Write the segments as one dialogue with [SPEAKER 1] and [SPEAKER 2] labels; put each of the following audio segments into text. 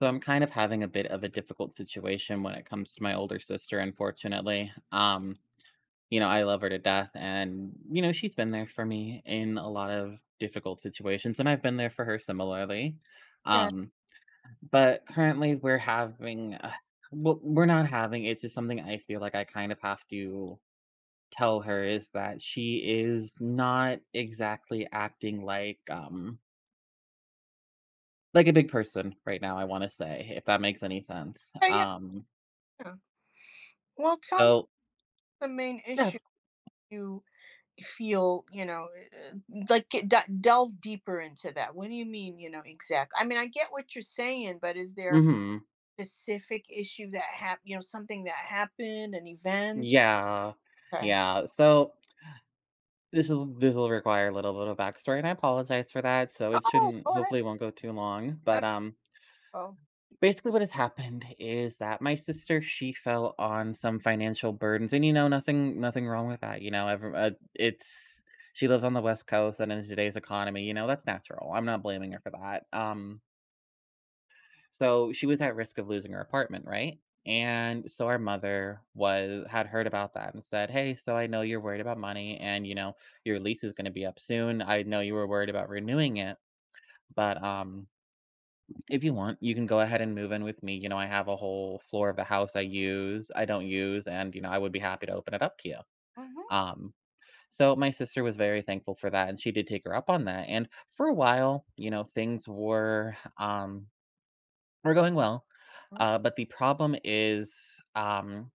[SPEAKER 1] So I'm kind of having a bit of a difficult situation when it comes to my older sister, unfortunately. I love her to death and she's been there for me in a lot of difficult situations and I've been there for her similarly.
[SPEAKER 2] Yeah,
[SPEAKER 1] Um, but currently we're having well, we're not having it's just something I feel like I kind of have to tell her is that she is not exactly acting like a big person right now, I want to say, if that makes any sense.
[SPEAKER 2] yeah, yeah, yeah. Well, tell me
[SPEAKER 1] So
[SPEAKER 2] the main
[SPEAKER 1] Yeah.
[SPEAKER 2] issue you feel, like get delve deeper into that. What do you mean, exact? I mean, I get what you're saying, but is there
[SPEAKER 1] Mhm.
[SPEAKER 2] a specific issue that happened, something that happened, an event?
[SPEAKER 1] Yeah.
[SPEAKER 2] Okay.
[SPEAKER 1] Yeah. So this will require a little bit of backstory, and I apologize for that. So it
[SPEAKER 2] Oh,
[SPEAKER 1] shouldn't
[SPEAKER 2] go ahead.
[SPEAKER 1] hopefully it won't go too long.
[SPEAKER 2] Let it
[SPEAKER 1] But
[SPEAKER 2] go.
[SPEAKER 1] Basically, what has happened is that my sister, she fell on some financial burdens, and nothing wrong with that. You know every, it's She lives on the West Coast, and in today's economy, that's natural. I'm not blaming her for that. So she was at risk of losing her apartment, right? And so our mother was had heard about that and said, "Hey, so I know you're worried about money, and your lease is going to be up soon. I know you were worried about renewing it, but if you want, you can go ahead and move in with me. You know, I have a whole floor of the house I don't use, and you know, I would be happy to open it up to you."
[SPEAKER 2] Mm-hmm.
[SPEAKER 1] Um my sister was very thankful for that, and she did take her up on that. And for a while, you know, things were we're going well.
[SPEAKER 2] Mm-hmm.
[SPEAKER 1] But the problem is,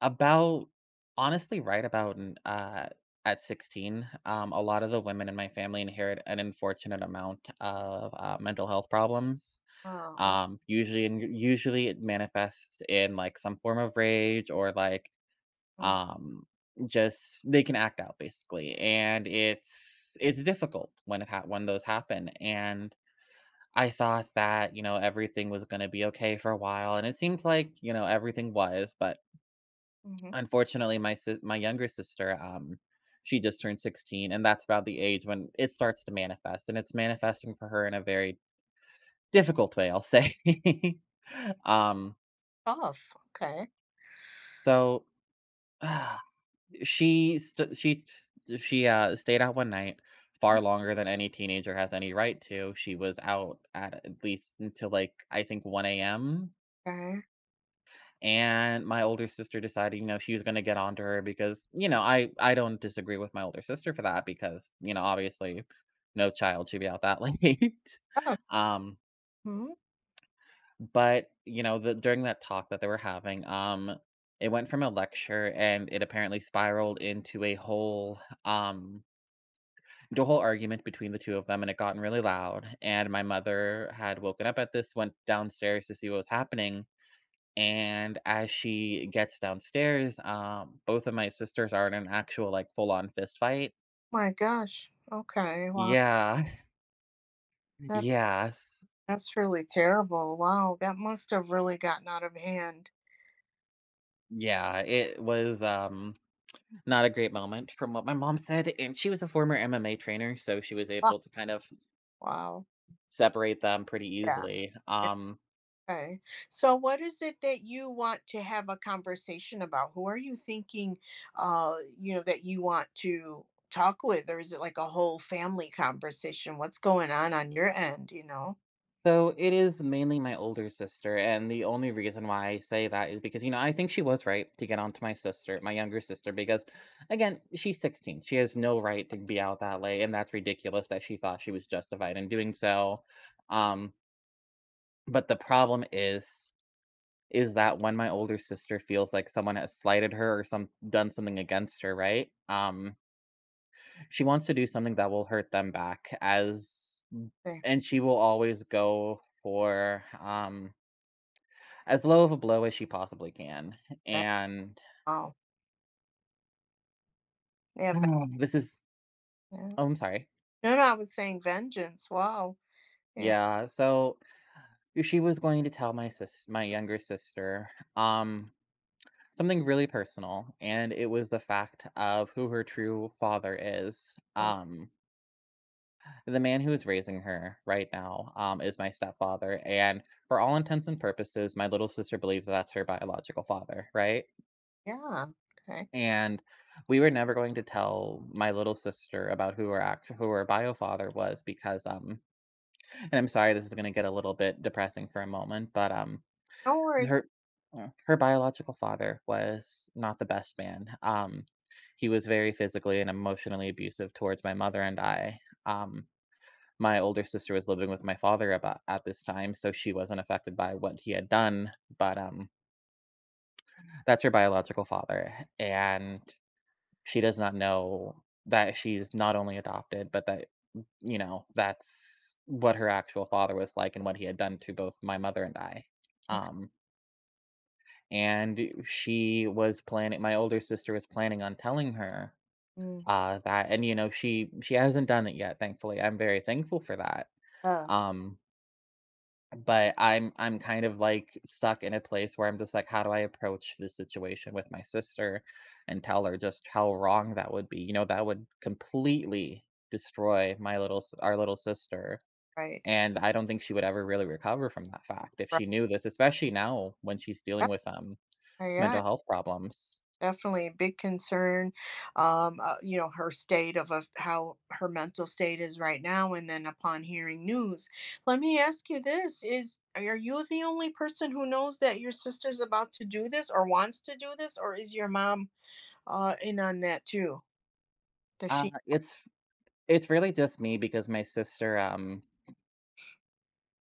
[SPEAKER 1] about right about at 16, a lot of the women in my family inherit an unfortunate amount of mental health problems.
[SPEAKER 2] Oh,
[SPEAKER 1] Usually it manifests in like some form of rage, or like
[SPEAKER 2] mm-hmm.
[SPEAKER 1] um, just they can act out, basically, and it's difficult when when those happen. And I thought that, you know, everything was gonna be okay for a while, and it seemed like, you know, everything was. But
[SPEAKER 2] Mm-hmm.
[SPEAKER 1] unfortunately, my younger sister, she just turned 16, and that's about the age when it starts to manifest, and it's manifesting for her in a very difficult way, I'll say. Um,
[SPEAKER 2] Tough. Okay.
[SPEAKER 1] so, ah, she st She, stayed out one night far longer than any teenager has any right to. She was out at least until, like, I think 1 a.m.
[SPEAKER 2] Okay.
[SPEAKER 1] And my older sister decided, you know, she was gonna get onto her because, you know, I don't disagree with my older sister for that because, you know, obviously no child should be out that late.
[SPEAKER 2] Oh,
[SPEAKER 1] um,
[SPEAKER 2] mhm.
[SPEAKER 1] but you know, the during that talk that they were having, it went from a lecture, and it apparently spiraled um into a whole argument between the two of them, and it gotten really loud. And my mother had woken up at this, went downstairs to see what was happening, and as she gets downstairs, both of my sisters are in an actual, like, full-on fist fight.
[SPEAKER 2] My gosh. Okay. Wow.
[SPEAKER 1] Yeah.
[SPEAKER 2] That's.
[SPEAKER 1] Yes.
[SPEAKER 2] That's really terrible. Wow, that must have really gotten out of hand.
[SPEAKER 1] Yeah, it was, not a great moment from what my mom said, and she was a former MMA trainer, so she was
[SPEAKER 2] Ah.
[SPEAKER 1] able to kind of
[SPEAKER 2] Wow.
[SPEAKER 1] separate them pretty
[SPEAKER 2] Yeah.
[SPEAKER 1] easily.
[SPEAKER 2] Okay. So, what is it that you want to have a conversation about? Who are you thinking that you want to talk with, or is it like a whole family conversation? What's going on your end?
[SPEAKER 1] So it is mainly my older sister, and the only reason why I say that is because, you know, I think she was right to get onto my sister, my younger sister, because again, she's 16. She has no right to be out that late, and that's ridiculous that she thought she was justified in doing so. Um, but the problem is that when my older sister feels like someone has slighted her or some done something against her, right? She wants to do something that will hurt them back, as
[SPEAKER 2] Yeah,
[SPEAKER 1] and she will always go for as low of a blow as she possibly can.
[SPEAKER 2] that-
[SPEAKER 1] And
[SPEAKER 2] oh, yeah,
[SPEAKER 1] this is
[SPEAKER 2] yeah.
[SPEAKER 1] oh, I'm sorry.
[SPEAKER 2] No, no, I was saying vengeance. Wow. Yeah.
[SPEAKER 1] Yeah, so she was going to tell my younger sister, um, something really personal, and it was the fact of who her true father is.
[SPEAKER 2] Well,
[SPEAKER 1] The man who is raising her right now, is my stepfather, and for all intents and purposes, my little sister believes that's her biological father, right?
[SPEAKER 2] yeah. Okay.
[SPEAKER 1] And we were never going to tell my little sister about who her bio father was because, and I'm sorry this is gonna get a little bit depressing for a moment, but,
[SPEAKER 2] No worries.
[SPEAKER 1] her her biological father was not the best man. He was very physically and emotionally abusive towards my mother and I. Um, my older sister was living with my father about at this time, so she wasn't affected by what he had done, but, that's her biological father, and she does not know that she's not only adopted, but that, you know, that's what her actual father was like and what he had done to both my mother and I.
[SPEAKER 2] Okay.
[SPEAKER 1] Um, and she was planning my older sister was planning on telling her
[SPEAKER 2] Mm,
[SPEAKER 1] that, and you know, she hasn't done it yet. Thankfully, I'm very thankful for that.
[SPEAKER 2] Uh,
[SPEAKER 1] um But I'm kind of, like, stuck in a place where I'm just like, "How do I approach this situation with my sister and tell her just how wrong that would be?" You know, that would completely destroy my little s our little sister,
[SPEAKER 2] right.
[SPEAKER 1] and I don't think she would ever really recover from that fact if
[SPEAKER 2] Right.
[SPEAKER 1] she knew this, especially now when she's
[SPEAKER 2] Yeah.
[SPEAKER 1] dealing with,
[SPEAKER 2] Yeah.
[SPEAKER 1] mental health problems.
[SPEAKER 2] Definitely a big concern. Her state of how her mental state is right now, and then upon hearing news. Let me ask you this: Is are you the only person who knows that your sister's about to do this or wants to do this, or is your mom in on that too? Does she?
[SPEAKER 1] It's really just me because my sister,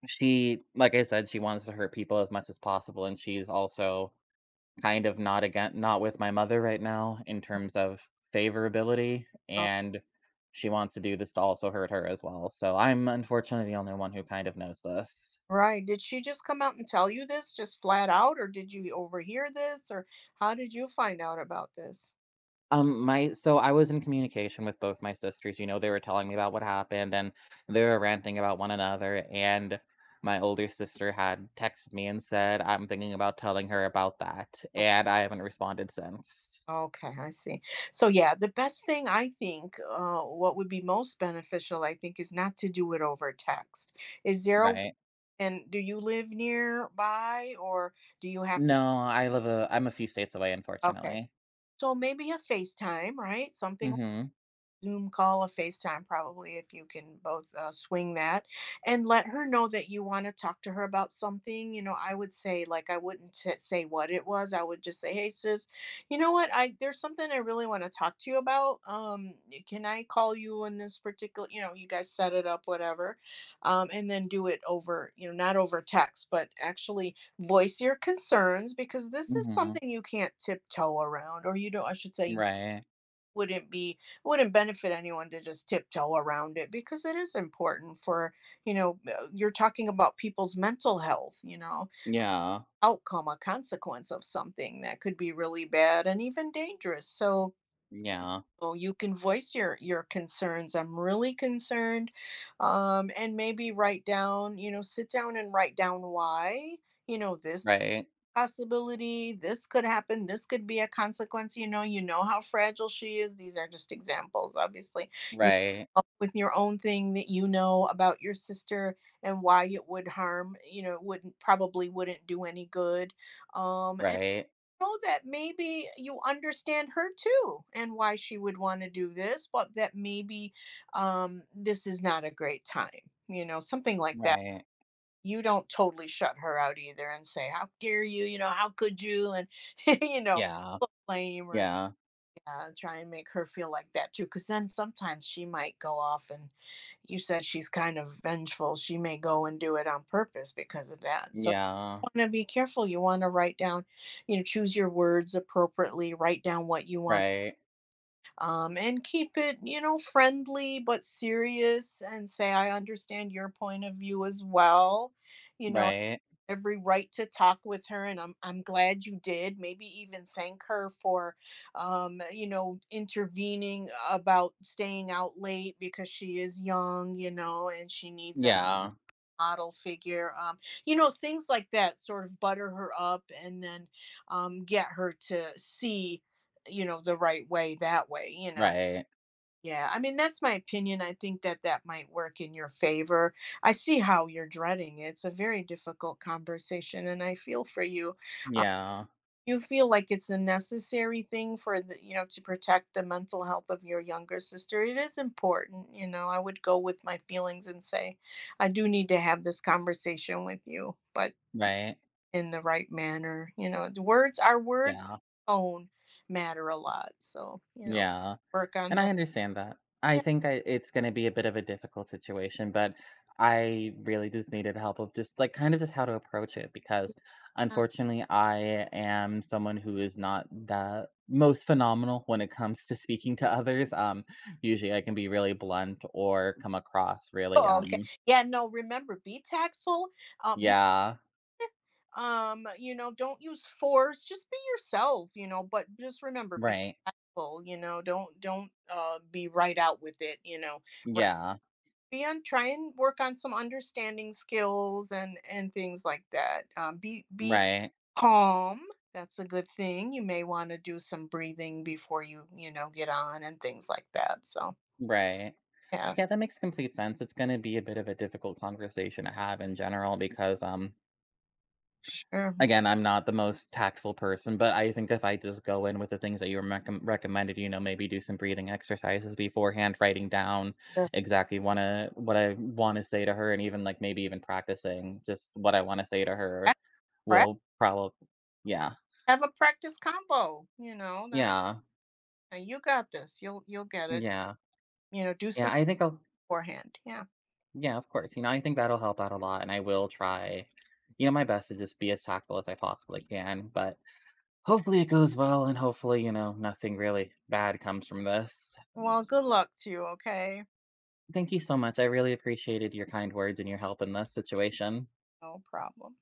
[SPEAKER 1] she, like I said, she wants to hurt people as much as possible, and she's also kind of not again not with my mother right now in terms of favorability,
[SPEAKER 2] Oh,
[SPEAKER 1] and she wants to do this to also hurt her as well. So I'm unfortunately the only one who kind of knows this.
[SPEAKER 2] right. Did she just come out and tell you this just flat out, or did you overhear this, or how did you find out about this?
[SPEAKER 1] My I was in communication with both my sisters. You know, they were telling me about what happened, and they were ranting about one another. And my older sister had texted me and said, "I'm thinking about telling her about that," and I haven't responded since.
[SPEAKER 2] Okay, I see. So yeah, the best thing I think, what would be most beneficial, I think, is not to do it over text. Is there a,
[SPEAKER 1] Right.
[SPEAKER 2] and do you live nearby or do you have to?
[SPEAKER 1] No, I'm a few states away,
[SPEAKER 2] Okay,
[SPEAKER 1] unfortunately.
[SPEAKER 2] so maybe a FaceTime, right? Something
[SPEAKER 1] Mhm,
[SPEAKER 2] Zoom call, a FaceTime, probably, if you can both swing that, and let her know that you want to talk to her about something. You know, I would say, like, I wouldn't say what it was. I would just say, "Hey, sis, you know what? I There's something I really want to talk to you about. Can I call you in this particular? You know, you guys set it up, whatever, and then do it over." You know, not over text, but actually voice your concerns because this is
[SPEAKER 1] mhm.
[SPEAKER 2] something you can't tiptoe around, or you don't. I should say,
[SPEAKER 1] Right.
[SPEAKER 2] wouldn't be wouldn't benefit anyone to just tiptoe around it, because it is important for, you're talking about people's mental health,
[SPEAKER 1] Yeah,
[SPEAKER 2] outcome, a consequence of something that could be really bad and even dangerous. So,
[SPEAKER 1] yeah.
[SPEAKER 2] oh, you can voice your concerns. I'm really concerned, and maybe write down, sit down and write down why, this
[SPEAKER 1] Right,
[SPEAKER 2] possibility, this could happen, this could be a consequence. You know how fragile she is. These are just examples, obviously. You
[SPEAKER 1] right,
[SPEAKER 2] come up with your own thing that you know about your sister and why it would harm. It wouldn't, probably wouldn't do any good. And
[SPEAKER 1] right,
[SPEAKER 2] know that maybe you understand her too and why she would want to do this, but that maybe, this is not a great time, something like that.
[SPEAKER 1] right.
[SPEAKER 2] You don't totally shut her out either and say, "How dare you?" You know, "How could you?" And you know,
[SPEAKER 1] Yeah,
[SPEAKER 2] blame or
[SPEAKER 1] yeah,
[SPEAKER 2] yeah, try and make her feel like that too. Because then sometimes she might go off, and you said she's kind of vengeful. She may go and do it on purpose because of that. So you
[SPEAKER 1] yeah.
[SPEAKER 2] want to be careful. You want to write down, you know, choose your words appropriately. Write down what you want,
[SPEAKER 1] Right,
[SPEAKER 2] and keep it, you know, friendly but serious. And say, "I understand your point of view as well." You know,
[SPEAKER 1] right.
[SPEAKER 2] every right to talk with her, and I'm glad you did. Maybe even thank her for, you know, intervening about staying out late, because she is young, you know, and she needs a
[SPEAKER 1] Yeah,
[SPEAKER 2] model figure. You know, things like that. Sort of butter her up, and then, get her to see, you know, the right way, that way, you know.
[SPEAKER 1] right.
[SPEAKER 2] Yeah, I mean, that's my opinion. I think that that might work in your favor. I see how you're dreading it. It's a very difficult conversation, and I feel for you. Uh,
[SPEAKER 1] Yeah,
[SPEAKER 2] you feel like it's a necessary thing for the, you know, to protect the mental health of your younger sister. It is important, you know. I would go with my feelings and say, I do need to have this conversation with you, but
[SPEAKER 1] right.
[SPEAKER 2] in the right manner. You know, the words, our words,
[SPEAKER 1] Yeah,
[SPEAKER 2] own matter a lot. So, you know,
[SPEAKER 1] yeah.
[SPEAKER 2] work on
[SPEAKER 1] And I
[SPEAKER 2] that.
[SPEAKER 1] understand that. I think I it's gonna be a bit of a difficult situation, but I really just needed help of just like kind of just how to approach it because unfortunately I am someone who is not the most phenomenal when it comes to speaking to others. Usually I can be really blunt or come across really
[SPEAKER 2] Oh, okay. Yeah, no, remember, be tactful. Be,
[SPEAKER 1] yeah,
[SPEAKER 2] you know, don't use force. Just be yourself, you know, but just remember, be
[SPEAKER 1] right.
[SPEAKER 2] tactful, you know, don't be right out with it, you know. Right.
[SPEAKER 1] Yeah,
[SPEAKER 2] Be on Try and work on some understanding skills, and things like that. Be
[SPEAKER 1] right,
[SPEAKER 2] calm. That's a good thing. You may want to do some breathing before you, you know, get on and things like that. So,
[SPEAKER 1] right.
[SPEAKER 2] yeah,
[SPEAKER 1] Yeah, that makes complete sense. It's gonna be a bit of a difficult conversation to have in general because
[SPEAKER 2] sure.
[SPEAKER 1] again, I'm not the most tactful person, but I think if I just go in with the things that you recommended, you know, maybe do some breathing exercises beforehand, writing down
[SPEAKER 2] Yeah.
[SPEAKER 1] exactly wanna what I wanna say to her, and even, like, maybe even practicing just what I wanna say to her will probably yeah,
[SPEAKER 2] Have a practice combo, you know, that's.
[SPEAKER 1] yeah,
[SPEAKER 2] Now you got this. You'll get it.
[SPEAKER 1] yeah,
[SPEAKER 2] You know, do
[SPEAKER 1] yeah,
[SPEAKER 2] some
[SPEAKER 1] I think I'll
[SPEAKER 2] beforehand. Yeah.
[SPEAKER 1] yeah, of course, you know, I think that'll help out a lot, and I will try, you know, my best to just be as tactful as I possibly can, but hopefully it goes well, and hopefully, you know, nothing really bad comes from this.
[SPEAKER 2] Well, good luck to you, okay?
[SPEAKER 1] Thank you so much. I really appreciated your kind words and your help in this situation.
[SPEAKER 2] No problem.